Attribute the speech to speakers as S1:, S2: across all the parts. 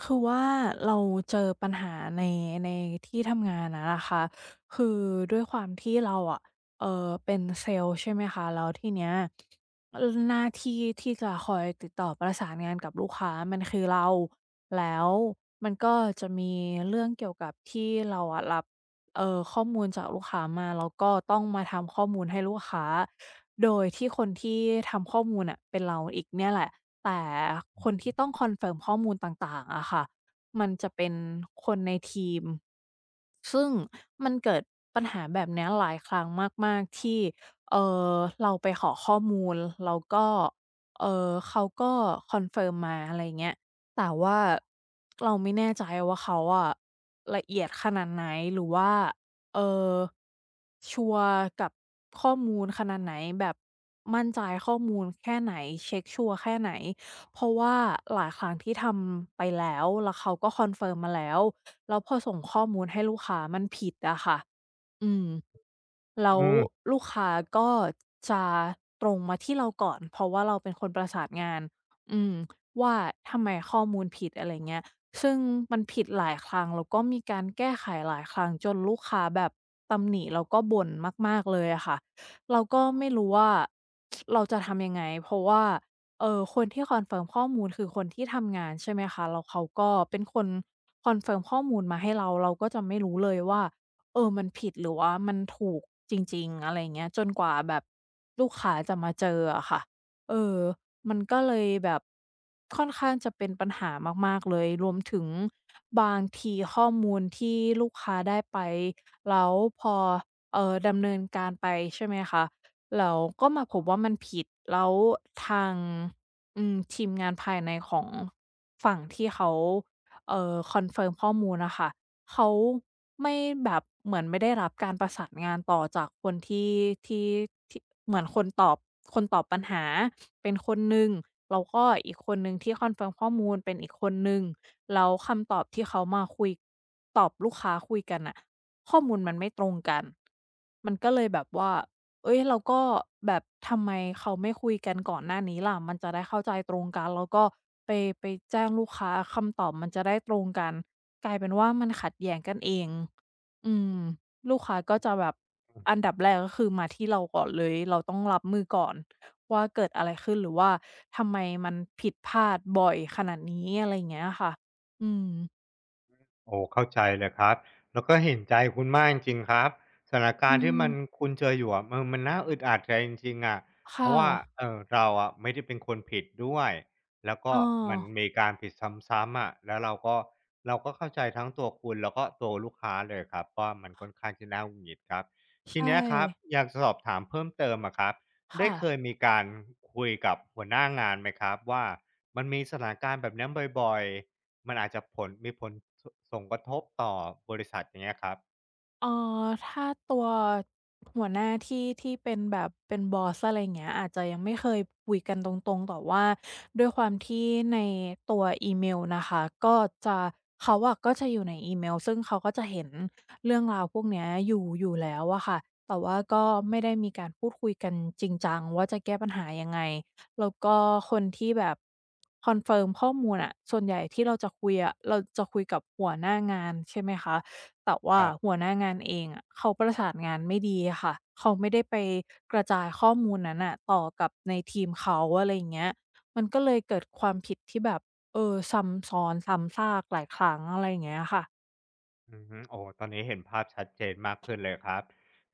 S1: คือว่าเราเจอปัญหาในในที่ทำงานอะนะคะคือด้วยความที่เราอะเออเป็นเซลล์ใช่ไหมคะแล้วทีเนี้ยหน้าที่ที่จะคอยติดต่อประสานงานกับลูกค้ามันคือเราแล้วมันก็จะมีเรื่องเกี่ยวกับที่เราอะรับเอ่อข้อมูลจากลูกค้ามาแล้วก็ต้องมาทำข้อมูลให้ลูกค้า โดยที่คนที่ทำข้อมูลน่ะเป็นเราอีกเนี่ยแหละแต่คนที่ต้องคอนเฟิร์มข้อมูลต่างๆอะค่ะมันจะเป็นคนในทีมซึ่งมันเกิดปัญหาแบบเนี้ยหลายครั้งมากๆที่เอ่อเราไปขอข้อมูลแล้วก็เขาก็คอนเฟิร์มมาอะไรอย่างเงี้ยแต่ว่าเราไม่แน่ใจว่าเขาอะละเอียดขนาดไหนหรือว่า เอ่อชัวร์กับข้อมูลขนาดไหนแบบมั่นใจข้อมูลแค่ไหนเช็กชัวร์แค่ไหนเพราะว่าหลายครั้งที่ทำไปแล้วแล้วเขาก็คอนเฟิร์มมาแล้วแล้วพอส่งข้อมูลให้ลูกค้ามันผิดอะค่ะอืม แล้
S2: อื
S1: ว
S2: ม
S1: ลูกค้าก็จะตรงมาที่เราก่อนเพราะว่าเราเป็นคนประสานงานอืมว่าทำไมข้อมูลผิดอะไรเงี้ยซึ่งมันผิดหลายครั้งแล้วก็มีการแก้ไขหลายครั้งจนลูกค้าแบบตำหนิแล้วก็บ่นมากๆเลยอะค่ะเราก็ไม่รู้ว่าเราจะทำยังไงเพราะว่าคนที่คอนเฟิร์มข้อมูลคือคนที่ทำงานใช่ไหมคะแล้วเขาก็เป็นคนคอนเฟิร์มข้อมูลมาให้เราเราก็จะไม่รู้เลยว่า เออมันผิดหรือว่ามันถูกจริงๆอะไรเงี้ยจนกว่าแบบลูกค้าจะมาเจออะค่ะเออมันก็เลยแบบค่อนข้างจะเป็นปัญหามากๆเลยรวมถึงบางทีข้อมูลที่ลูกค้าได้ไปแล้วพอดำเนินการไปใช่ไหมคะแล้วก็มาพบว่ามันผิดแล้วทางอืมทีมงานภายในของฝั่งที่เขาคอนเฟิร์มข้อมูลน่ะค่ะ เขาไม่แบบเหมือนไม่ได้รับการประสานงานต่อจากคนที่ที่ที่เหมือนคนตอบคนตอบปัญหาเป็นคนหนึ่งแล้วก็อีกคนหนึ่งที่คอนเฟิร์มข้อมูลเป็นอีกคนหนึ่งแล้วคำตอบที่เขามาคุยตอบลูกค้าคุยกันน่ะข้อมูลมันไม่ตรงกันมันก็เลยแบบว่า เอ้ยเราก็แบบทำไมเขาไม่คุยกันก่อนหน้านี้ล่ะมันจะได้เข้าใจตรงกันแล้วก็ไปไปแจ้งลูกค้าคำตอบมันจะได้ตรงกันกลายเป็นว่ามันขัดแย้งกันเองอืมลูกค้าก็จะแบบอันดับแรกก็คือมาที่เราก่อนเลยเราต้องรับมือก่อนว่าเกิดอะไรขึ้นหรือว่าทำไมมันผิดพลาดบ่อยขนาดนี้อะไรอย่างเงี้ยค่ะอืม
S2: โอ้เข้าใจเลยครับแล้วก็เห็นใจคุณมากจริงๆครับสถานกา
S1: อื
S2: รณ์ที่
S1: ม
S2: มันคุณเจออยู่อะมันมันน่าอึดอัดใจจริงๆอะเพ
S1: ค่ะ
S2: ราะว่าเราอะไม่ได้เป็นคนผิดด้วยแล้วก็
S1: เออ
S2: มันมีการผิดซ้ำๆอะแล้วเราก็เข้าใจทั้งตัวคุณแล้วก็ตัวลูกค้าเลยครับว่ามันค่อนข้างที่น่าหงุดหงิดครับที
S1: ใช่
S2: เนี้ยครับอยากจะสอบถามเพิ่มเติมอะครับได้
S1: ค่ะ
S2: เคยมีการคุยกับหัวหน้างานไหมครับว่ามันมีสถานการณ์แบบเนี้ยบ่อยๆ มันอาจจะผลส่งกระทบต่อบริษัทอย่างเงี้ยครับ
S1: เอ่ถ้าตัวหัวหน้าที่ที่เป็นแบบเป็นบอสอะไรอย่างเงี้ยอาจจะยังไม่เคยคุยกันตรงๆแต่ว่าด้วยความที่ในตัวอีเมลนะคะก็จะเขาอะก็จะอยู่ในอีเมลซึ่งเขาก็จะเห็นเรื่องราวพวกเนี้ยอยู่แล้วอะค่ะแต่ว่าก็ไม่ได้มีการพูดคุยกันจริงจังว่าจะแก้ปัญหายังไงแล้วก็คนที่แบบคอนเฟิร์มข้อมูลอะส่วนใหญ่ที่เราจะคุยอะเราจะคุยกับหัวหน้างานใช่ไหมคะ แต่
S2: ค
S1: ว่า
S2: รับ
S1: หัวหน้างานเองอะเขาประสานงานไม่ดีอะค่ะเขาไม่ได้ไปกระจายข้อมูลนั้นอะต่อกับในทีมเขาอะไรอย่างเงี้ยมันก็เลยเกิดความผิดที่แบบเออซ้ำซ้อนซ้ำซากหลายครั้งอะไรอย่างเงี้ยค่ะ
S2: อืมโอ้ตอนนี้เห็นภาพชัดเจนมากขึ้นเลยครับ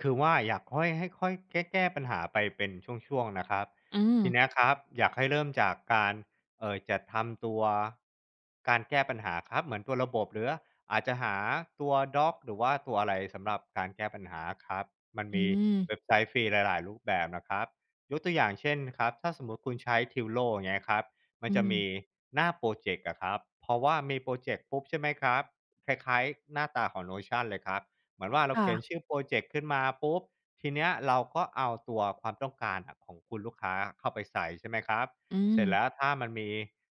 S2: คือว่าอยากค่อยให้ค่อยแก้ปัญหาไปเป็นช่วงๆนะครับ
S1: อืม
S2: ทีเนี้ยครับอยากให้เริ่มจากการจะดทำตัวการแก้ปัญหาครับเหมือนตัวระบบหรืออาจจะหาตัวด็อกหรือว่าตัวอะไรสำหรับการแก้ปัญหาครับมัน
S1: อื
S2: มี
S1: ม
S2: เว็บไซต์ฟรีหลายๆรูปแบบนะครับยกตัวอย่างเช่นครับถ้าสมมุติคุณใช้ทิ e โล่เงี้ยครับมัน
S1: อื
S2: จะมี
S1: ม
S2: หน้าโปรเจกต์อะครับเพราะว่ามีโปรเจกต์ปุ๊บใช่ไหมครับ คล้ายๆหน้าตาของ Notion เลยครับเหมือนว่าเรา
S1: ค่ะ
S2: เขียนชื่อพรอเจกต์ขึ้นมาปุ๊บทีเนี้ยเราก็เอาตัวความต้องการอะของคุณลูกค้าเข้าไปใส่ใช่ไหมครับ
S1: อื
S2: เสร็จแล้ว
S1: ม
S2: ถ้ามันมี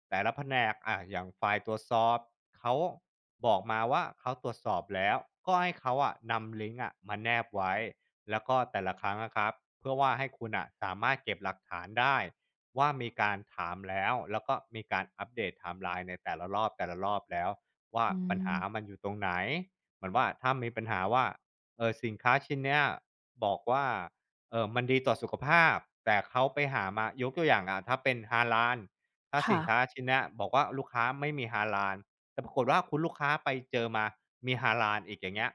S2: แต่ละแผนกอะอย่างฝ่ายตรวจสอบเขาบอกมาว่าเขาตรวจสอบแล้วก็ให้เขาอะนำลิงก์อะมาแนบไว้แล้วก็แต่ละครั้งอะครับเพื่อว่าให้คุณน่ะสามารถเก็บหลักฐานได้ว่ามีการถามแล้วแล้วก็มีการอัปเดตไทม์ไลน์ในแต่ละรอบๆแล้ว ว่า
S1: อื
S2: ปัญหามัน
S1: ม
S2: อยู่ตรงไหนเหมือนว่าถ้ามีปัญหาว่าสินค้าชิ้นเนี้ยบอกว่ามันดีต่อสุขภาพแต่เขาไปหามายกตัวอย่างอะถ้าเป็นฮาลาลถ้าสิ
S1: ค่ะ
S2: นค้าชิ้นเนี้ยบอกว่าลูกค้าไม่มีฮาลาลแต่ปรากฏว่าคุณลูกค้าไปเจอมามีฮาลาลอีกอย่างเงี้ย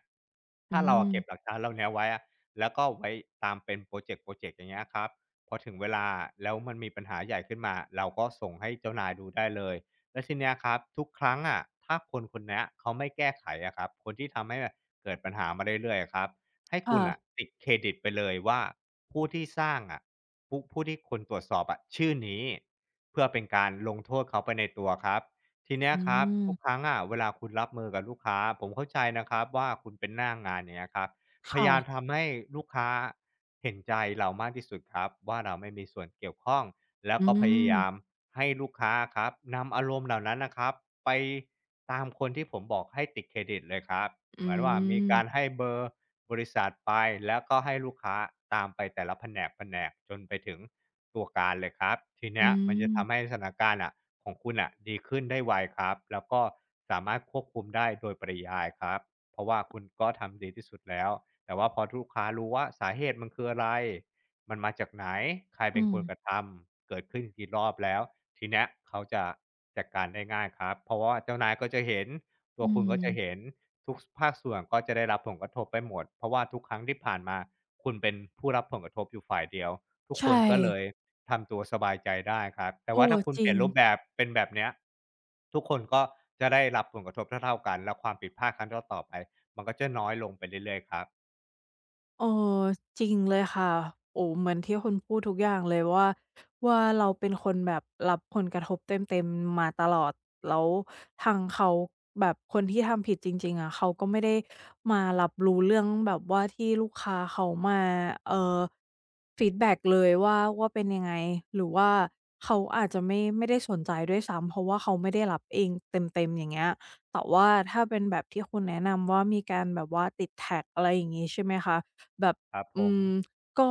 S1: อื
S2: ถ้าเราอะเก็บหลัก
S1: ม
S2: ฐานเหล่าเนี้ยไว้อะแล้วก็ไว้ตามเป็นพรอเจกต์อย่างเงี้ยครับพอถึงเวลาแล้วมันมีปัญหาใหญ่ขึ้นมาเราก็ส่งให้เจ้านายดูได้เลย แล้วทีเนี้ยครับทุกครั้งอะถ้าคนเนี้ยเขาไม่แก้ไขอะครับคนที่ทำให้เกิดปัญหามาเรื่อยๆอะครับให้คุ
S1: ค่ะ
S2: ณอ่ะติดเครดิตไปเลยว่าผู้ที่สร้างอะผู้ที่คนตรวจสอบอะชื่อนี้เพื่อเป็นการลงโทษเขาไปในตัวครับทีเนี้ย
S1: อื
S2: ครับ
S1: ม
S2: ทุกครั้งอะเวลาคุณรับมือกับลูกค้าผมเข้าใจนะครับว่าคุณเป็นหน้างงานเนี้ยครับพยายาม
S1: ค่ะ
S2: ทำให้ลูกค้าเห็นใจเรามากที่สุดครับว่าเราไม่มีส่วนเกี่ยวข้องแล้ว
S1: อื
S2: ก็พยายาม
S1: ม
S2: ให้ลูกค้าครับนำอารมณ์เหล่านั้นนะครับไปตามคนที่ผมบอกให้ติดเครดิตเลยครับ
S1: อื
S2: เหมือนว่ามีการให้
S1: ม
S2: เบอร์บริษัทไปแล้วก็ให้ลูกค้าตามไปแต่ละแผนกจนไปถึงตัวการเลยครับที
S1: อื
S2: เนี้ยมันจะ
S1: ม
S2: ทำให้สถานการณ์อ่ะของคุณอ่ะดีขึ้นได้ไวครับแล้วก็สามารถควบคุมได้โดยปริยายครับเพราะว่าคุณก็ทำดีที่สุดแล้วแต่ว่าพอลูกค้ารู้ว่าสาเหตุมันคืออะไร มันมาจากไหนใคร
S1: อื
S2: เป็นคนกระ
S1: ม
S2: ทำเกิดขึ้นกี่รอบแล้วทีเนี้ยเขาจะจัดการได้ง่ายครับเพราะว่าเจ้านายก็จะเห็นตั
S1: อื
S2: วคุณก็จะ
S1: ม
S2: เห็นทุกสภาคส่วนก็จะได้รับผลกระทบไปหมดเพราะว่าทุกครั้งที่ผ่านมาคุณเป็นผู้รับผลกระทบอยู่ฝ่ายเดียวทุก
S1: ใช
S2: คนก็เลย
S1: ่
S2: ทำตัวสบายใจได้ครับแต่
S1: โอ้
S2: ว่าถ้าคุณ
S1: จ
S2: เป
S1: ริ
S2: ลี่ย
S1: ง
S2: นรูปแบบเป็นแบบเนี้ยทุกคนก็จะได้รับผลกระทบเท่าๆกันแล้วความผิดพลาดครั้งต่อๆไปมันก็จะน้อยลงไปเรื่อยๆครับ
S1: เออจริงเลยค่ะโอ้เหมือนที่คุณพูดทุกอย่างเลยว่าว่าเราเป็นคนแบบรับผลกระทบเต็มๆมาตลอดแล้วทางเขาแบบคนที่ทำผิดจริงๆอะเขาก็ไม่ได้มารับรู้เรื่องแบบว่าที่ลูกค้าเขามาเออฟีดแบ็กเลยว่าว่าเป็นยังไงหรือว่าเขาอาจจะไม่ได้สนใจด้วยซ้ำเพราะว่าเขาไม่ได้รับเองเต็มๆอย่างเงี้ยแต่ว่าถ้าเป็นแบบที่คุณแนะนำว่ามีการแบบว่าติดแท็กอะไรอย่างงี้ใช่ไหมคะ แบบ
S2: ครับผ
S1: อื
S2: ม
S1: มก็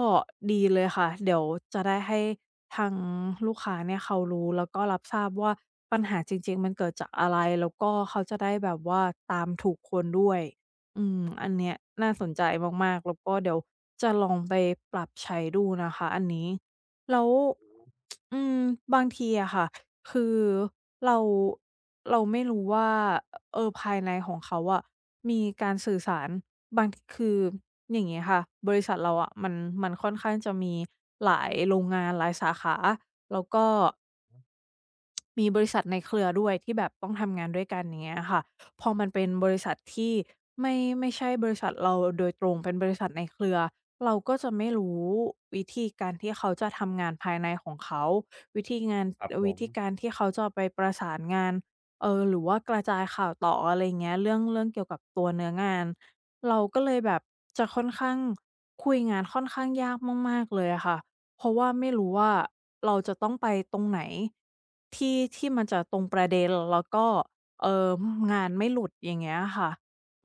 S1: ดีเลยค่ะเดี๋ยวจะได้ให้ทางลูกค้าเนี่ยเขารู้แล้วก็รับทราบว่าปัญหาจริงๆมันเกิดจากอะไรแล้วก็เขาจะได้แบบว่าตามถูกคนด้วยอืมอันเนี้ยน่าสนใจมากๆแล้วก็เดี๋ยวจะลองไปปรับใช้ดูนะคะอันนี้แล้วอืมบางทีอะค่ะคือเราไม่รู้ว่า ภายในของเขาอะมีการสื่อสารบางคืออย่างงี้ค่ะบริษัทเราอะมันค่อนข้างจะมีหลายโรงงานหลายสาขาแล้วก็ มีบริษัทในเครือด้วยที่แบบต้องทำงานด้วยกันอย่างเงี้ยค่ะพอมันเป็นบริษัทที่ไม่ไม่ใช่บริษัทเราโดยตรงเป็นบริษัทในเครือเราก็จะไม่รู้วิธีการที่เขาจะทำงานภายในของเขาวิธีงาน
S2: ครับผ
S1: วิ
S2: ม
S1: ธีการที่เขาจะไปประสานงานหรือว่ากระจายข่าวต่ออะไรอย่างเงี้ยเรื่องเกี่ยวกับตัวเนื้องานเราก็เลยแบบจะค่อนข้างคุยงานค่อนข้างยากมากๆเลยอะค่ะ เพราะว่าไม่รู้ว่าเราจะต้องไปตรงไหนที่ที่มันจะตรงประเด็นแล้วก็เอ่องานไม่หลุดอย่างเงี้ยค่ะ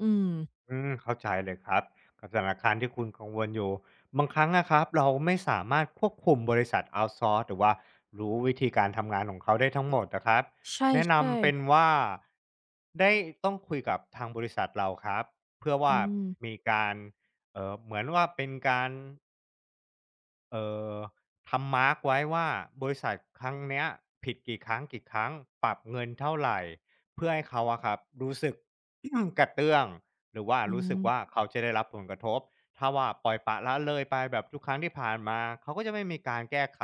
S1: อืม
S2: อืมเข้าใจเลยครับกับสถานการณ์ที่คุณกังวลอยู่บางครั้งนะครับเราไม่สามารถควบคุมบริษัทเอาต์ซอร์สหรือว่ารู้วิธีการทำงานของเขาได้ทั้งหมดนะครับ
S1: ใช่
S2: แนะนำเป็น
S1: ๆ
S2: ว่าได้ต้องคุยกับทางบริษัทเราครับเพื่อ
S1: อื
S2: ว่า
S1: ม
S2: มีการเหมือนว่าเป็นการ เอ่อทำมาร์กไว้ว่าบริษัทครั้งเนี้ยผิดกี่ครั้งกี่ครั้งปรับเงินเท่าไหรเพื่อให้เขาอะครับรู้สึก กระเตื้องหรือว่า
S1: อื
S2: รู้สึกว่า
S1: ม
S2: เขาจะได้รับผลกระทบถ้าว่าปล่อยปละละเลยไปแบบทุกครั้งที่ผ่านมาเขาก็จะไม่มีการแก้ไข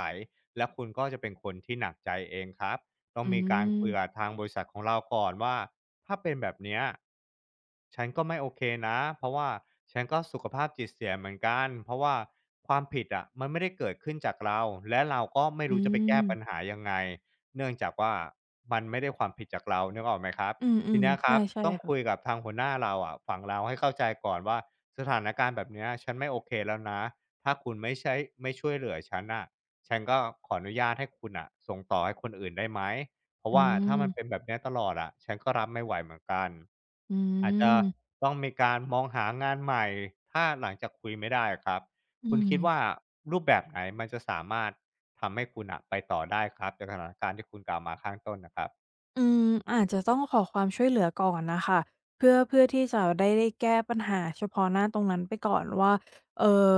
S2: และคุณก็จะเป็นคนที่หนักใจเองครับ ต้อง
S1: อื
S2: มีการคุยกับ
S1: ม
S2: ทางบริษัทของเราก่อนว่าถ้าเป็นแบบเนี้ยฉันก็ไม่โอเคนะเพราะว่าฉันก็สุขภาพจิตเสียเหมือนกันเพราะว่าความผิดอะมันไม่ได้เกิดขึ้นจากเราและเราก็ไม่
S1: อื
S2: รู้จะไปแก้ปัญ
S1: ม
S2: หายังไงเนื่องจากว่ามันไม่ได้ความผิดจากเรานึกออกไหมครับ
S1: อื
S2: ที
S1: ม
S2: เนี้ย
S1: ๆ
S2: ครับ
S1: ใช่
S2: ต้อง
S1: ๆ
S2: คุย
S1: ค่ะ
S2: กับทางหัวหน้าเราอะฝั่งเราให้เข้าใจก่อนว่าสถานการณ์แบบเนี้ยฉันไม่โอเคแล้วนะถ้าคุณไม่ใช่ไม่ช่วยเหลือฉันอ่ะ ฉันก็ขออนุญาตให้คุณอะส่งต่อให้คนอื่นได้ไหมเพราะ
S1: อื
S2: ว่าถ้า
S1: ม
S2: มันเป็นแบบเนี้ยตลอดอะฉันก็รับไม่ไหวเหมือนกัน
S1: อื
S2: อาจจะ
S1: ม
S2: ต้องมีการมองหางานใหม่ถ้าหลังจากคุยไม่ได้อะครับ
S1: อื
S2: คุณคิดว่า
S1: ม
S2: รูปแบบไหนมันจะสามารถทำให้คุณอะไปต่อได้ครับจากสถานการณ์ที่คุณกล่าวมาข้างต้นนะครับ
S1: อืมอาจจะต้องขอความช่วยเหลือก่อนนะคะเพื่อที่จะได้แก้ปัญหาเฉพาะหน้าตรงนั้นไปก่อนว่าเออ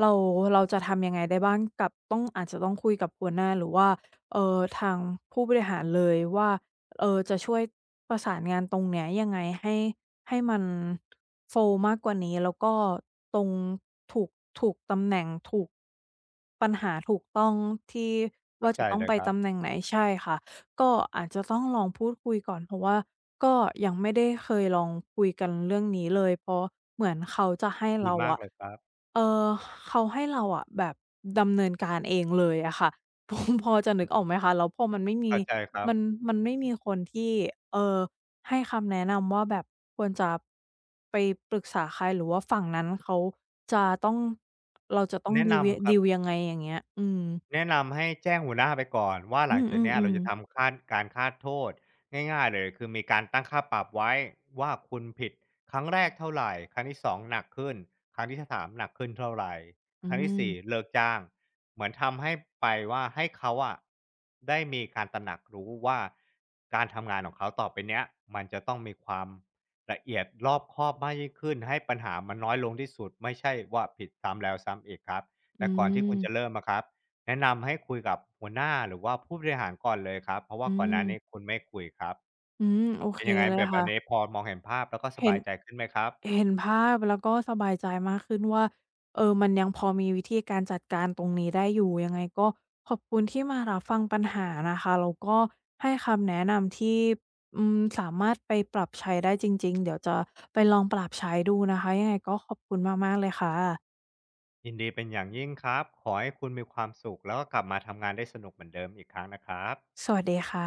S1: เราจะทำยังไงได้บ้างกับต้องอาจจะต้องคุยกับหัวหน้าหรือว่าเออทางผู้บริหารเลยว่าจะช่วยประสานงานตรงเนี้ยยังไงให้มันโฟลว์มากกว่านี้แล้วก็ตรงถูกตำแหน่งถูกปัญหาถูกต้องที่
S2: เข้า
S1: ว่า
S2: ใจ
S1: จะต้อง
S2: เลย
S1: ไป
S2: ครับ
S1: ตำแหน่งไหนใช่ค่ะ ก็อาจจะต้องลองพูดคุยก่อนเพราะว่าก็ยังไม่ได้เคยลองคุยกันเรื่องนี้เลยเพราะเหมือนเขาจะให้
S2: ดี
S1: เรา
S2: มาก
S1: อะ
S2: เลยครับ
S1: เอ่อเขาให้เราอะแบบดำเนินการเองเลยอะค่ะ พอจะนึกออกไหมคะแล้วพอมันไม่มี
S2: เข้าใจครับ
S1: มันไม่มีคนที่เอ่อให้คำแนะนำว่าแบบควรจะไปปรึกษาใครหรือว่าฝั่งนั้นเขาจะต้องเราจะต้อง
S2: แนะนำครับ
S1: ดีลยังไงอย่างเงี้ยอืม
S2: แนะนำให้แจ้งหัวหน้าไปก่อนว่าหลั
S1: อื
S2: ง
S1: อ
S2: จากเนี้ยเราจะ
S1: ๆๆ
S2: ทำค่าการค่าโทษง่ายๆเลยคือมีการตั้งค่าปรับไว้ว่าคุณผิดครั้งแรกเท่าไหร่ครั้งที่สองหนักขึ้นครั้งที่สามหนักขึ้นเท่าไหร
S1: อื
S2: ครั้งที่สี่
S1: ม
S2: เลิกจ้างเหมือนทำให้ไปว่าให้เขาอะได้มีการตระหนักรู้ว่าการทำงานของเขาต่อไปเนี้ยมันจะต้องมีความละเอียดรอบคอบมากยิ่งขึ้นให้ปัญหามันน้อยลงที่สุดไม่ใช่ว่าผิดซ้ำแล้วซ้ำอีกครับ
S1: อื
S2: แต่ก่อนที่คุณจะ
S1: ม
S2: เริ่มอะครับ แนะนำให้คุยกับหัวหน้าหรือว่าผู้บริหารก่อนเลยครับเพราะว่า
S1: อื
S2: ก่อนหน้านี้
S1: ม
S2: คุณไม่คุยครับ
S1: อืมโอ
S2: เป็
S1: เค
S2: นยังไง
S1: เล
S2: แบ
S1: ย
S2: บแบบนี้
S1: ค่ะ
S2: พอมองเห็นภาพแล้วก็ส
S1: เห็
S2: บา
S1: น
S2: ยใจขึ้นไหมครับ
S1: ภาพแล้วก็สบายใจมากขึ้นว่าเออมันยังพอมีวิธีการจัดการตรงนี้ได้อยู่ยังไงก็ขอบคุณที่มารับฟังปัญหานะคะแล้วก็ให้คำแนะนำที่อืมสามารถไปปรับใช้ได้จริงๆ เดี๋ยวจะไปลองปรับใช้ดูนะคะ ยังไงก็ขอบคุณมากๆเลยค่ะ
S2: ยินดีเป็นอย่างยิ่งครับขอให้คุณมีความสุขแล้วก็กลับมาทำงานได้สนุกเหมือนเดิมอีกครั้งนะครับ
S1: สวัสดีค่ะ